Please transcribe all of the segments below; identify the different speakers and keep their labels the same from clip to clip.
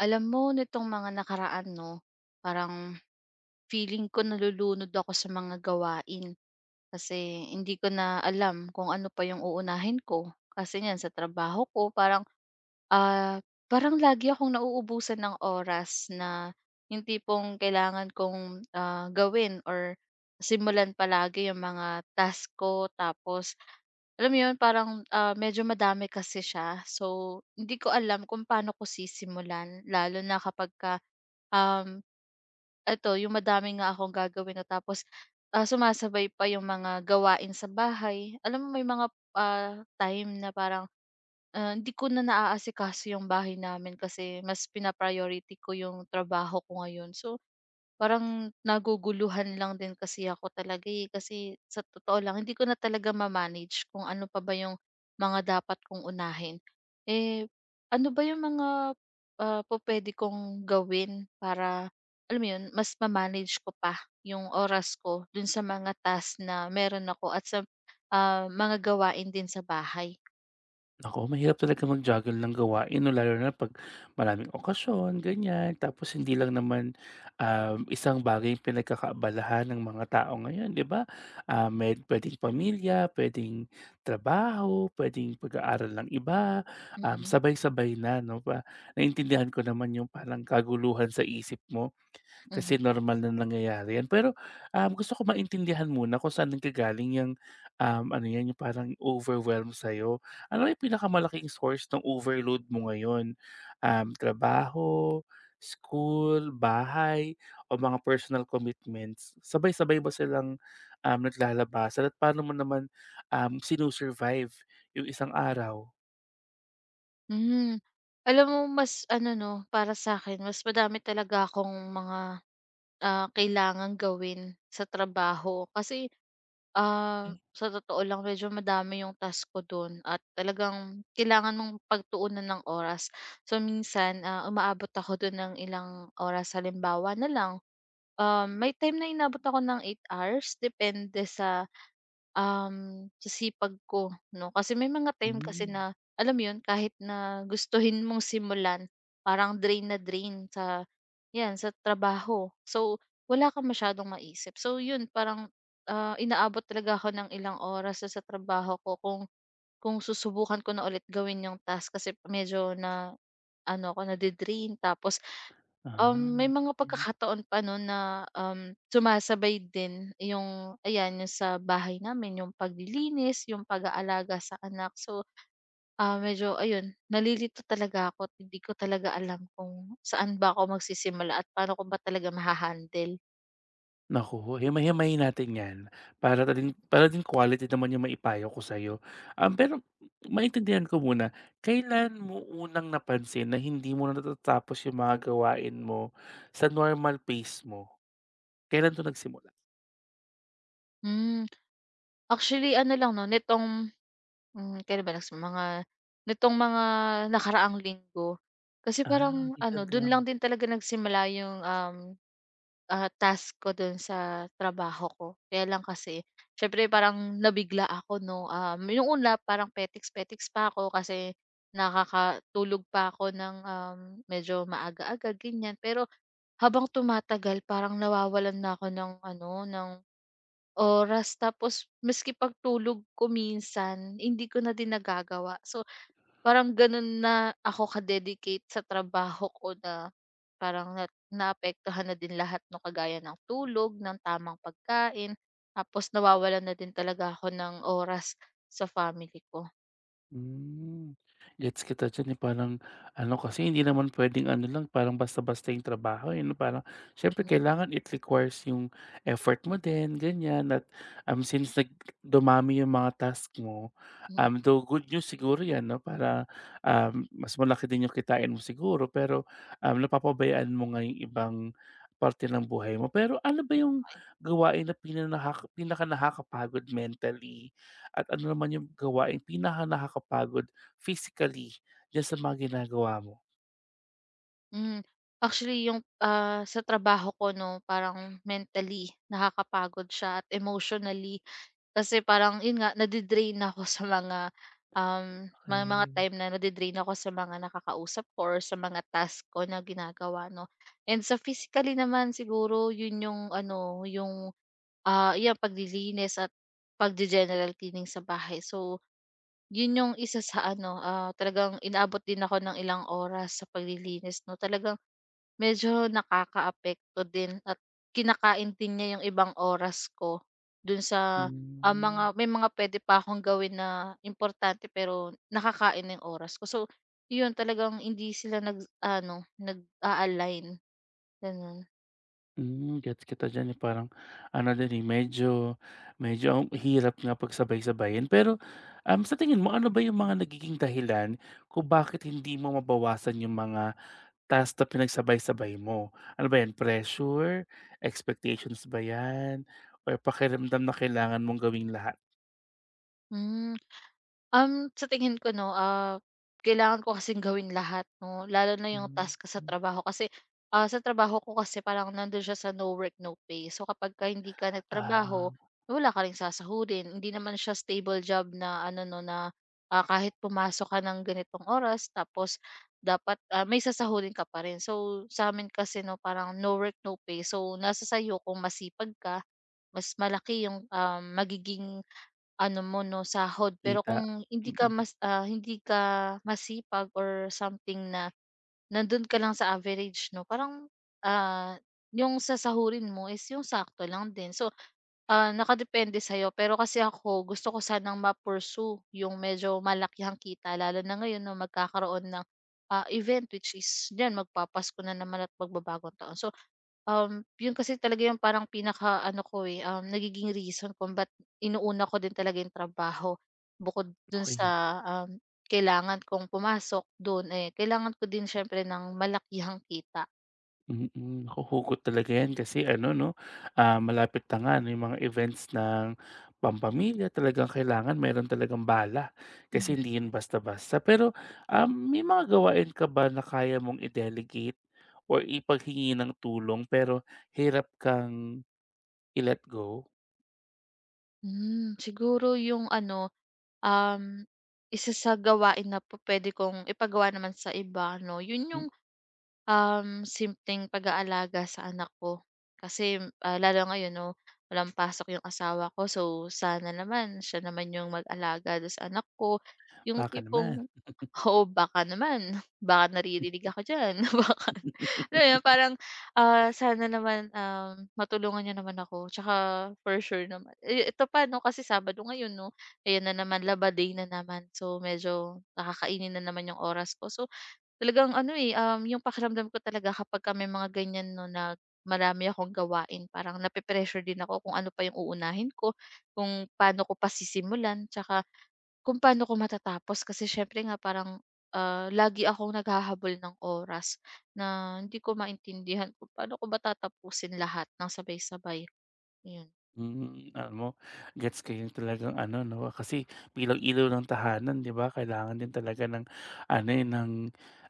Speaker 1: Alam mo nitong mga nakaraan 'no, parang feeling ko nalulunod ako sa mga gawain. Kasi hindi ko na alam kung ano pa yung uunahin ko. Kasi niyan sa trabaho ko ah, parang lagi akong nauubusan ng oras na yung tipong kailangan kong, gawin or simulan palagi yung mga task ko tapos alam mo 'yun parang, medyo madami kasi siya. So, hindi ko alam kung paano ko sisimulan lalo na kapagka, um, eto yung madami nga akong gagawin 'no tapos, sumasabay pa yung mga gawain sa bahay. Alam mo may mga, time na parang, hindi ko na naaasikaso yung bahay namin kasi mas pinapriority ko yung trabaho ko ngayon. So, parang naguguluhan lang din kasi ako talaga, eh, kasi sa totoo lang hindi ko na talaga ma-manage kung ano pa ba yung mga dapat kong unahin. Eh, ano ba yung mga, pupuwede kong gawin para, alam mo yun, mas ma-manage ko pa yung oras ko dun sa mga task na meron ako at sa, mga gawain din sa bahay.
Speaker 2: Naku, mahirap talaga mag-juggle ng gawain 'no, lalo na 'pag maraming okasyon, ganyan. Tapos hindi lang naman, isang bagay yung pinagkakaabalahan ng mga tao ngayon, 'di ba? Ah, may puwedeng pamilya, puwedeng trabaho, puwedeng pag-aaral ng iba,
Speaker 1: Mm.
Speaker 2: sabay-sabay na 'no, pa naintindihan ko naman yung parang kaguluhan sa isip mo.
Speaker 1: Mhm.
Speaker 2: Kasi normal na nangyayari yan. Pero, gusto ko maintindihan muna kung saan nanggagaling yang, ano yan, yung parang overwhelm sa'yo. Ano yung pinakamalaking source ng overload mo ngayon? Trabaho, school, bahay, o mga personal commitments? Sabay-sabay ba silang naglalabasan? At paano mo naman sinusurvive yung isang araw?
Speaker 1: Hmm, alam mo mas ano 'no, para sa akin mas madami talaga akong mga kailangang gawin sa trabaho kasi,
Speaker 2: Mm.
Speaker 1: sa totoo lang medyo madami yung task ko dun at talagang kailangan mong pagtuunan ng oras. So minsan, umaabot ako dun ng ilang oras halimbawa na lang, may time na inabot ako ng 8 hours depende sa, sa sipag ko 'no. Kasi may mga time kasi
Speaker 2: Hmm,
Speaker 1: na alam mo yun kahit na gustuhin mong simulan parang drain na drain sa 'yan sa trabaho. So, wala kang masyadong maisip. So 'yun parang, inaabot talaga ako ng ilang oras do'n sa trabaho ko kung susubukan ko na ulit gawin yung task kasi medyo na ano ako nade-drain tapos,
Speaker 2: ah.
Speaker 1: may mga
Speaker 2: Okay.
Speaker 1: pagkakataon pa no'n na, sumasabay din yung ayan, yung sa bahay namin yung paglilinis, yung pag-aalaga sa anak. So, medyo ayun, nalilito talaga ako at hindi ko talaga alam kung saan ba ako magsisimula at paano ko ba talaga maha.
Speaker 2: Naku, himay-himayin natin 'yan para ta din para din quality naman yung maipayo ko sa'yo. Pero maintindihan ko muna, kailan mo unang napansin na hindi mo na natatapos yung mga gawain mo sa normal pace mo? Kailan 'to nagsimula?
Speaker 1: Hmm, actually ano lang 'no, nitong, kailan ba nags mga nitong mga nakaraang linggo. Kasi
Speaker 2: Ah,
Speaker 1: parang ano,
Speaker 2: recent
Speaker 1: dun
Speaker 2: lang.
Speaker 1: lang din talaga nagsimula yung, task ko dun sa trabaho ko. Kaya lang kasi siyempre parang nabigla ako 'no, yung una parang petiks-petiks pa ako kasi nakakatulog pa ako ng, medyo maaga-aga ganyan. Pero habang tumatagal parang nawawalan na ako ng ano, ng oras tapos maski pagtulog ko minsan hindi ko na din nagagawa. So, parang gano'n na ako ka-dedicate sa trabaho ko na parang na naapektuhan na din lahat 'no, kagaya ng tulog, ng tamang pagkain, tapos nawawalan na din talaga ako ng oras sa family ko.
Speaker 2: Hmm, gets kita diyan, eh, parang ano kasi hindi naman puwedeng ano lang parang basta-basta yung trabaho, eh, 'no, parang siyempre
Speaker 1: Mhm.
Speaker 2: kailangan it requires yung effort mo din ganyan at, since nag dumami yung mga task mo,
Speaker 1: Mhm.
Speaker 2: though good news siguro 'yan 'no, para, mas malaki din yung kitain mo siguro pero, napapabayaan mo nga yung ibang parte ng buhay mo. Pero ano ba yung
Speaker 1: Okay. Mm, okey.
Speaker 2: gawain na pinaka nakakapagod mentally? At ano naman yung gawaing pinaka nakakapagod physically diyan sa mga ginagawa mo?
Speaker 1: Hmm, actually yung, sa trabaho ko 'no, parang mentally nakakapagod siya at emotionally. Kasi parang yun nga nade ako sa mga, mga
Speaker 2: Okay.
Speaker 1: time na nade ako sa mga nakakausap ko or sa mga task ko na ginagawa 'no. And sa physically naman siguro yun yung ano, yung paglilinis at pagge-general cleaning sa bahay. So, yun yung isa sa ano, talagang inabot din ako ng ilang oras sa paglilinis 'no. Talagang medyo nakakaapekto din at kinakain din niya yung ibang oras ko dun sa,
Speaker 2: Hmm.
Speaker 1: mga may mga puwede pa akong gawin na importante pero nakakain na yung oras ko. So, yun talagang hindi sila nag ano nag align gano'n.
Speaker 2: Hmm, gets kita diyan, eh, parang ano din, eh, medyo medyo ang hirap nga pagsabay-sabayin. Pero, sa tingin mo ano ba yung mga nagiging dahilan kung bakit hindi mo mabawasan yung mga tasks na pinagsabay-sabay mo? Ano ba yan, pressure, expectations ba yan, or pakiramdam na kailangan mong gawin lahat?
Speaker 1: Hmm. Sa tingin ko 'no, kailangan ko kasing gawin lahat 'no, lalo na yung
Speaker 2: Hmm,
Speaker 1: task ko sa
Speaker 2: okey.
Speaker 1: trabaho kasi, sa trabaho ko kasi parang nandun siya sa no work, no pay. So kapagka hindi ka
Speaker 2: Ah.
Speaker 1: nagtrabaho, wala ka ring sasahurin. Hindi naman siya stable job na ano 'no, na, kahit pumasok ka ng ganitong oras tapos dapat, may sasahurin ka pa rin. So sa'min kasi 'no, parang no work, no pay. So nasa sa'yo kung masipag ka, mas malaki yung, magiging ano mo 'no, sahod. Pero
Speaker 2: Kita,
Speaker 1: kung hindi ka
Speaker 2: mm,
Speaker 1: hindi ka masipag or something na nandun ka lang sa average 'no, parang, ah, yung sasahurin mo is yung sakto lang din. So, nakadepende sa'yo. Pero kasi ako gusto ko sanang ma-pursue yung medyo malakihang kita lalo na ngayon 'no, magkakaroon ng, event which is diyan magpapasko na naman at magbabagong taon. So, Um, yun kasi talaga yung parang pinakaano ko, eh, nagiging reason kung ba't inuuna ko din talaga yung trabaho. Bukod dun
Speaker 2: okey
Speaker 1: sa,
Speaker 2: yan.
Speaker 1: um, kailangan kong pumasok dun, eh, kailangan ko din siyempre ng malakihang kita.
Speaker 2: Mm, naku hugot talaga yan kasi ano 'no, ah, malapit na nga ano yung mga events ng pampamilya talagang kailangan meron talagang bala, kasi
Speaker 1: Mhm.
Speaker 2: hindi yun basta-basta. Pero, may mga gawain ka ba na kaya mong i-delegate or ipaghingi ng tulong pero hirap kang i-let go?
Speaker 1: Hmm, siguro yung ano, um, isa sa gawain na po puwede kong ipagawa naman sa iba 'no, yun
Speaker 2: Hmm,
Speaker 1: yung simpleng pag-aalaga sa anak ko. Kasi, lalo ngayon 'no, walang pasok yung asawa ko. So, sana naman siya naman yung mag-alaga dun sa anak ko. Yung
Speaker 2: baka naman.
Speaker 1: tipong oo, baka naman, baka naririnig ako diyan. Baka alam mo yun, parang, sana naman, matulungan niya naman ako. Tsaka for sure naman eh, ito pa 'no, kasi Sabado ngayon 'no, ayan na naman, Laba Day na naman. So, medyo nakakainin na naman yung oras ko. So, talagang ano, eh, yung pakiramdam ko talaga kapagka may mga ganyan 'no, na marami akong gawain parang nape-pressure din ako kung ano pa yung uunahin ko, kung paano ko pasisimulan, sisimulan, tsaka kung paano ko matatapos. Kasi siyempre nga parang, lagi akong naghahabol ng oras na hindi ko maintindihan kung paano ko ba tatapusin lahat ng sabay-sabay, yun.
Speaker 2: Hmm, alam mo gets ko yung talagang ano 'no, kasi ilaw-ilaw ng tahanan 'di ba, kailangan din talaga ng ano, eh, ng,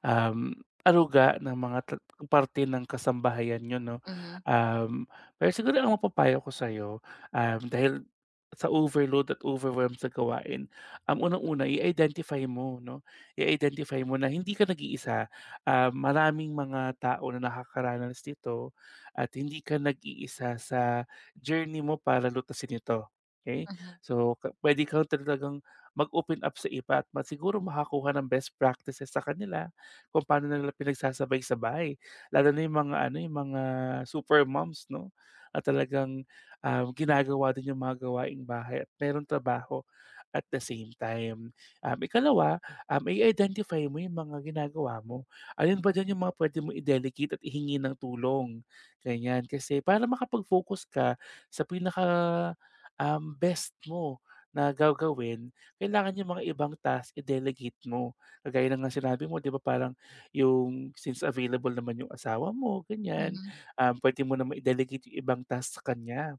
Speaker 2: um, aruga ng mga ta parte ng kasambahayan niyo 'no.
Speaker 1: Mhm.
Speaker 2: Um, Pero siguro ang mapapayo ko sa'yo, dahil sa overload at overwhelm sa gawain, unang-una i-identify mo 'no, i-identify mo na hindi ka nag-iisa. Maraming mga tao na nakakaranas nito at hindi ka nag-iisa sa journey mo para lutasin ito, okay?
Speaker 1: Mhm.
Speaker 2: So, ka puwede kang talagang mag-open up sa iba at ma siguro makakuha ng best practices sa kanila kung paano na nila pinagsasabay-sabay. Lalo na yung mga ano, yung mga super moms 'no. At talagang, ginagawa din yung mga gawaing bahay at merong trabaho at the same time. Ikalawa, i-identify mo yung mga ginagawa mo. Alin ba diyan yung mga puwede mong i-delegate at ihingi ng tulong, ganyan. Kasi para makapag-focus ka sa pinaka, best mo na gagawin, kailangan yung mga ibang task i-delegate mo. Kagaya ng nga sinabi mo 'di ba parang yung since available naman yung asawa mo, ganyan,
Speaker 1: Mhm.
Speaker 2: puwede mo naman i-delegate yung ibang task sa kanya.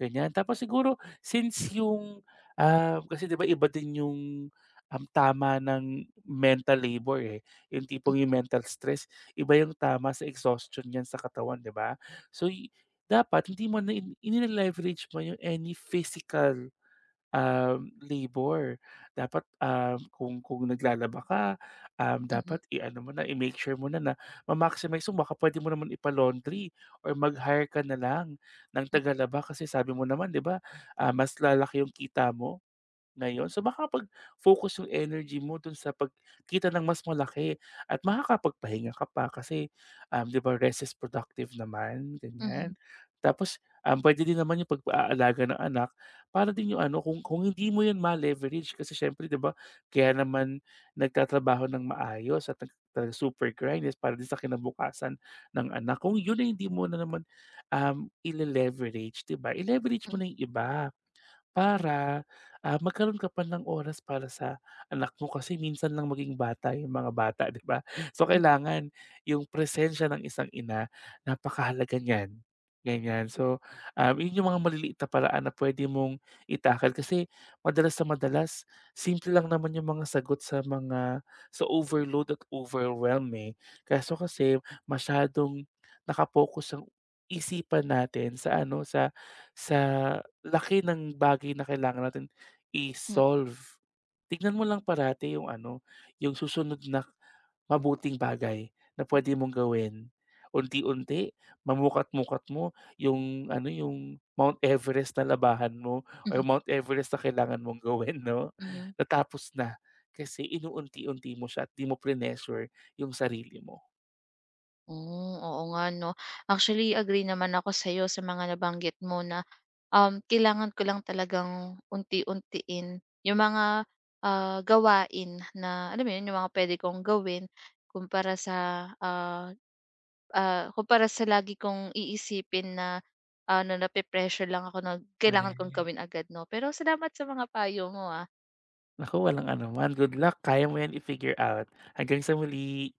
Speaker 2: Ganyan. Tapos siguro since yung, ah, kasi 'di ba iba din yung, tama ng mental labor, eh. Yung tipong yung mental stress, iba yung tama sa exhaustion niyan sa katawan, 'di ba? So, y- dapat hindi mo na ini-leverage mo yung any physical labor. Dapat, kung naglalaba ka,
Speaker 1: Mhm.
Speaker 2: dapat i-ano mo na, i-make sure mo na na ma-maximize mo. Baka puwede mo naman ipa-laundry or mag-hire ka na lang ng tagalaba kasi sabi mo naman 'di ba, ah, mas lalaki yung kita mo. Ngayon, so makakapag-focus yung energy mo dun sa pagkita ng mas malaki at makakapagpahinga ka pa kasi, 'di ba, rest is productive naman, ganyan.
Speaker 1: Mhm.
Speaker 2: Tapos, pwede din naman yung pag-aalaga ng anak para din yung ano, kung hindi mo yun ma-leverage kasi siyempre, 'di ba, kaya naman nagtatrabaho ng maayos at nag talagang super grind is para din sa kinabukasan ng anak. Kung yun ay hindi mo na naman, ile-leverage, 'di ba, i-leverage mo
Speaker 1: Mm.
Speaker 2: na yung iba. Para, ah, magkaroon ka pa ng oras para sa anak mo kasi minsan lang maging bata yung mga bata, 'di ba? So,
Speaker 1: Mm.
Speaker 2: kailangan yung presensya ng isang ina napakahalaga niyan, ganyan. So, yun yung mga maliliit na paraan na puwede mong itakal kasi madalas sa madalas simple lang naman yung mga sagot sa mga sa overload at overwhelm, eh. Kaso kasi masyadong nakapokus ang isipan natin sa ano, sa laki ng bagay na kailangan natin
Speaker 1: Mm.
Speaker 2: i-solve. Tignan mo lang parati yung ano, yung susunod na mabuting bagay na pwede mong gawin. Unti-unti mamukat-mukat mo yung ano, yung Mount Everest na labahan mo o
Speaker 1: Mhm.
Speaker 2: yung Mount Everest na kailangan mong gawin 'no,
Speaker 1: Mhm.
Speaker 2: natapos na. Kasi inuunti-unti mo siya at 'di mo prinenersure yung sarili mo.
Speaker 1: Hmm, oo nga 'no. Actually, agree naman ako sa'yo sa mga nabanggit mo na, kailangan ko lang talagang unti-untiin yung mga, gawain na alam mo yun, yung mga puwede kong gawin kumpara ah, sa lagi kong iisipin na ano, nape-pressure lang ako na kailangan kong
Speaker 2: Korek.
Speaker 1: gawin agad 'no. Pero salamat sa mga payo mo, ah.
Speaker 2: Naku, walang anuman. Good luck, kaya mo yan i-figure out. Hanggang sa muli.